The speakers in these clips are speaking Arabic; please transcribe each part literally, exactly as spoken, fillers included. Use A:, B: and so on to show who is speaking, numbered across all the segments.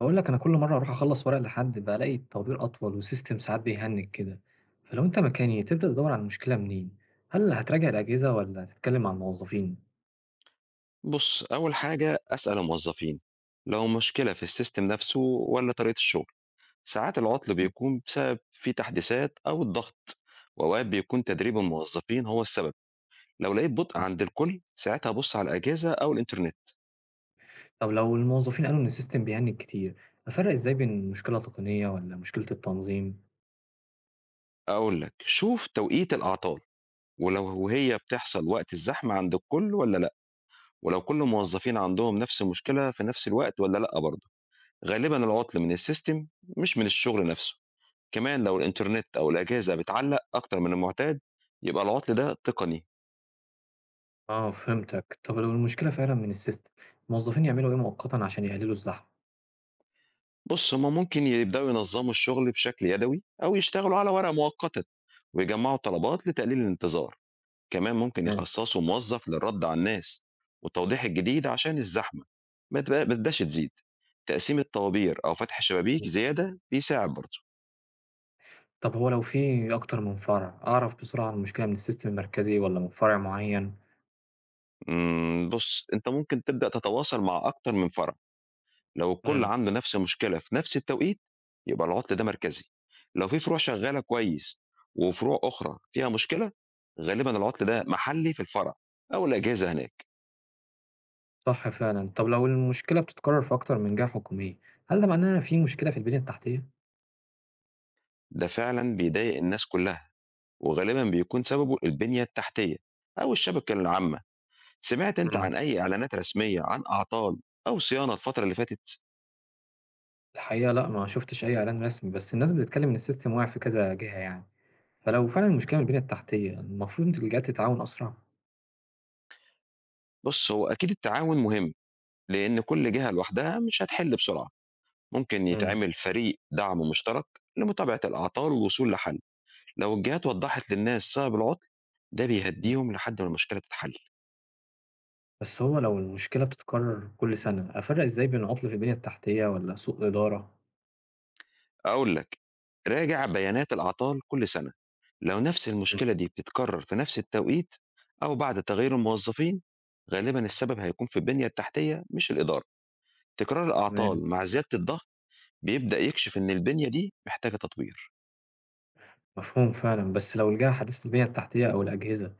A: أقول لك أنا كل مرة أروح أخلّص ورق لحد بالاقي الطوابير أطول وسيستم ساعات بيهنج كده، فلو أنت مكاني تبدأ تدوّر على المشكلة منين؟ هل هتراجع الأجهزة والّا هتتكلم مع الموظفين؟
B: بص، أول حاجة أسأل الموظفين، لو مشكلة في السيستم نفسه ولا طريقة الشغل. ساعات العطل
A: إمم.
B: بيكون بسبب في تحديثات أو الضغط، وأوقات بيكون تدريب الموظفين هو السبب. لو لقيت بطء عند الكل، ساعتها بص على الأجهزة أو الإنترنت.
A: طب لو الموظفين قالوا إن السيستم بيهنج كتير، أفرّق إزاي بين مشكلة تقنية والّا مشكلة التنظيم؟
B: أقول لك، شوف توقيت الأعطال، ولو هي بتحصل وقت الزحمة عند الكل ولا لأ، ولو كل الموظفين عندهم نفس المشكلة في نفس الوقت ولا لأ برضه. غالبا العطل من السيستم، مش من الشغل نفسه. كمان لو الإنترنت أو الأجهزة بتعلق أكتر من المعتاد، يبقى العطل ده تقني.
A: آه فهمتك، طب لو المشكلة فعلًا من السيستم، الموظفين يعملوا إيه مؤقتًا عشان يقللوا الزحمة؟
B: بص، هما ممكن يبدأوا ينظموا الشغل بشكل يدوي أو يشتغلوا على ورقة مؤقتة، ويجمعوا طلبات لتقليل الانتظار. كمان ممكن
A: تمام.
B: يخصصوا موظف للرد على الناس والتوضيح الجديد عشان الزحمة ما تبقى- ما تبداش تزيد. تقسيم الطوابير أو فتح شبابيك
A: إمم.
B: زيادة بيساعد برضه.
A: طب هو لو في أكتر من فرع، أعرف بسرعة المشكلة من السيستم المركزي والّا من فرع معين؟
B: أمم، بص أنت ممكن تبدأ تتواصل مع أكتر من فرع. لو الكل
A: إمم.
B: عنده نفس المشكلة في نفس التوقيت، يبقى العُطل ده مركزي. لو في فروع شغّالة كويس وفروع أخرى فيها مشكلة، غالبًا العُطل ده محلّي في الفرع أو الأجهزة هناك.
A: صح فعلا. طب لو المشكلة بتتكرر في أكتر من جهة حكومية هل ده معناه في مشكلة في البنية التحتية؟
B: ده فعلًا بيضايق الناس كلّها، وغالبًا بيكون سببه البنية التحتية أو الشبكة العامة. سمعت أنت
A: مم.
B: عن أي إعلانات رسمية عن أعطال أو صيانة الفترة اللي فاتت؟
A: الحقيقة لا، ما شفتش أي إعلان رسمي، بس الناس بتتكلم إن السيستم واقع في كذا جهة يعني، فلو فعلا المشكلة من البنية التحتية المفروض إن الجهات تتعاون أسرع.
B: بُص، هو أكيد التعاون مهم، لإن كل جهة لوحدها مش هتحِل بسرعة. ممكن
A: مم.
B: يتعمل فريق دعم مشترك لمتابعة الأعطال والوصول لحل. لو الجهات وضّحت للناس سبب العطل، ده
A: مم.
B: بيهدّيهم لحد ما المشكلة تتحل.
A: بس هو لو المشكلة بتتكرر كل سنة أفرق إزاي بين عطل في البنية التحتية ولا سوء إدارة؟
B: أقول لك، راجع بيانات الأعطال كل سنة، لو نفس
A: مم.
B: المشكلة دي بتتكرر في نفس التوقيت أو بعد تغيير الموظفين، غالبًا السبب هيكون في البنية التحتية مش الإدارة. تكرار
A: تمام.
B: الأعطال مع زيادة الضغط بيبدأ يكشف إن البنية دي محتاجة تطوير.
A: مفهوم فعلا، بس لو الجهة حديثة البنية التحتية أو الأجهزة، إيه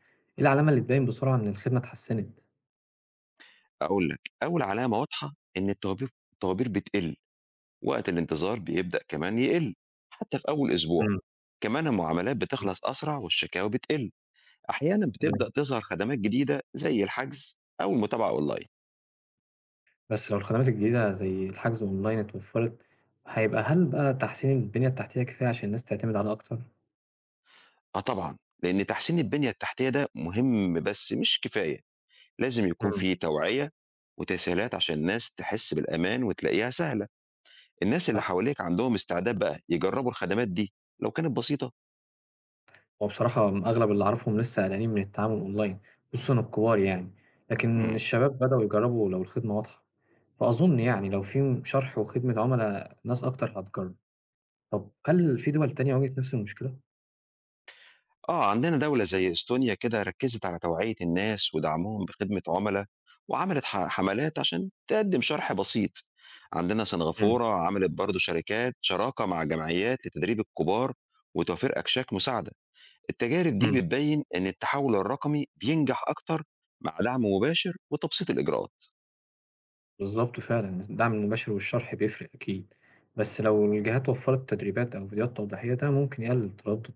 A: العلامة اللي تبين بسرعة إن الخدمة اتحسنت؟
B: أقول لك، أول علامة واضحة إن الطوابير الطوابير بتقِل، وقت الانتظار بيبدأ كمان يقِل حتى في أول أسبوع.
A: مم.
B: كمان المعاملات
A: مم.
B: بتخلص أسرع والشكاوى بتقِل. أحيانًا
A: تمام.
B: بتبدأ تظهر خدمات جديدة زي الحجز أو المتابعة أونلاين.
A: بس لو الخدمات الجديدة زي الحجز أونلاين اتوفرت هيبقى، هل بقى تحسين البنية التحتية كفاية عشان الناس تعتمد عليها أكتر؟
B: آه طبعًا، لأن تحسين البنية التحتية ده مهم بس مش كفاية. لازم يكون
A: مم.
B: في توعية وتسهيلات عشان الناس تحس بالأمان وتلاقيها سهلة. الناس اللي
A: صح.
B: حواليك عندهم استعداد بقى يجربوا الخدمات دي لو كانت بسيطة؟
A: وبصراحة أغلب اللي أعرفهم لسه قلقانين من التعامل أونلاين، خصوصا الكبار يعني، لكن
B: إمم.
A: الشباب بدأوا يجربوا لو الخدمة واضحة. فأظن يعني لو في شرح وخدمة عملاء ناس أكتر هتجرب. طب هل في دول تانية واجهت نفس المشكلة؟
B: آه، عندنا دولة زي إستونيا كده ركّزت على توعية الناس ودعمهم بخدمة عُملا، وعملت ح حملات عشان تقدّم شرح بسيط. عندنا
A: مم.
B: سنغافورة عملت برضه شركات شراكة مع جمعيات لتدريب الكبار وتوفير أكشاك مساعدة. التجارب
A: مم.
B: دي بتبيّن إن التحول الرقمي بينجح أكتر مع دعم مباشر وتبسيط الإجراءات.
A: بالظبط فعلا، الدعم المباشر والشرح بيفرق أكيد. بس لو الجهات وفرت تدريبات أو فيديوهات توضيحية ده ممكن يقلل التردد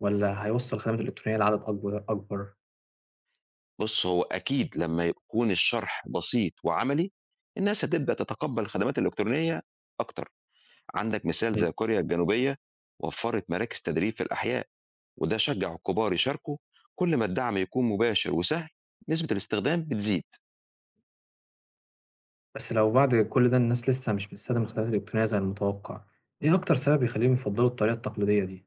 A: والّا هيوصّل الخدمات الإلكترونية لعدد أكبر أكبر؟
B: بُص، هو أكيد لمّا يكون الشرح بسيط وعملي، الناس هتبدأ تتقبّل الخدمات الإلكترونية أكتر. عندك مثال
A: إمم.
B: زي كوريا الجنوبية وفرت مراكز تدريب في الأحياء، وده شجع الكبار يشاركوا. كل ما الدعم يكون مباشر وسهل، نسبة الاستخدام بتزيد.
A: بس لو بعد كل ده الناس لسه مش بتستخدم الخدمات الإلكترونية زي المتوقّع، إيه أكتر سبب يخلّيهم يفضّلوا الطريقة التقليدية دي؟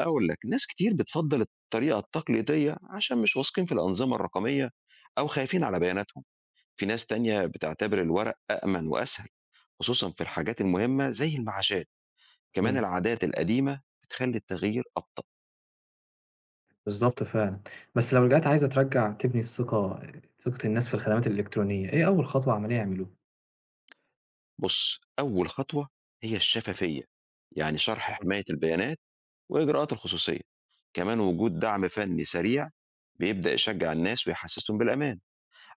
B: أقول لك، ناس كتير بتفضل الطريقة التقليدية عشان مش واثقين في الأنظمة الرقمية أو خايفين على بياناتهم. في ناس تانية بتعتبر الورق أأمن وأسهل، خصوصا في الحاجات المهمة زي المعاشات. كمان
A: إمم.
B: العادات القديمة بتخلي التغيير أبطأ.
A: بالضبط فعلًا. بس لو الجهات عايزة ترجّع تبني الثقة، ثقة الناس في الخدمات الإلكترونية، إيه أول خطوة عملية يعملوها؟
B: بص، أول خطوة هي الشفافية، يعني شرح
A: إمم،
B: حماية البيانات وإجراءات الخصوصية. كمان وجود دعم فني سريع بيبدأ يشجع الناس ويحسسهم بالأمان.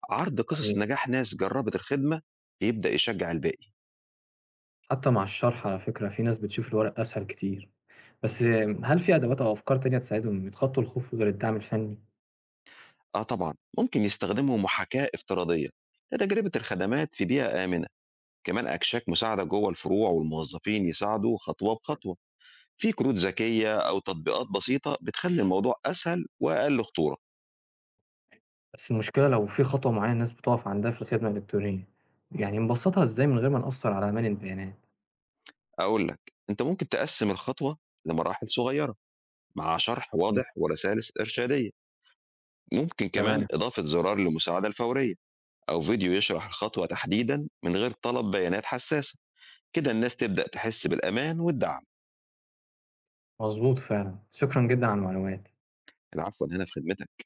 B: عرض قصص
A: صحيح.
B: نجاح ناس جربت الخدمة بيبدأ يشجع الباقي.
A: حتى مع الشرح على فكرة في ناس بتشوف الورق أسهل كتير، بس هل في أدوات أو أفكار تانية تساعدهم يتخطّوا الخوف غير الدعم الفني؟
B: آه طبعا ممكن يستخدموا محاكاة افتراضية لتجربة الخدمات في بيئة آمنة. كمان أكشاك مساعدة جوه الفروع، والموظفين يساعدوا خطوة بخطوة. في كروت ذكية أو تطبيقات بسيطة بتخلي الموضوع أسهل وأقل خطورة.
A: بس المشكلة لو في خطوة معينة الناس بتقف عندها في الخدمة الإلكترونية، يعني نبسطها إزاي من غير ما نأثر على أمان البيانات؟
B: أقول لك، أنت ممكن تقسم الخطوة لمراحل صغيرة مع شرح
A: مم.
B: واضح ورسائل إرشادية. ممكن كمان
A: تمام،
B: إضافة زرار للمساعدة الفورية أو فيديو يشرح الخطوة تحديدًا من غير طلب بيانات حساسة، كده الناس تبدأ تحس بالأمان والدعم.
A: مظبوط فعلا، شكرًا جدًا على المعلومات.
B: العفو، أنا هنا في خدمتك.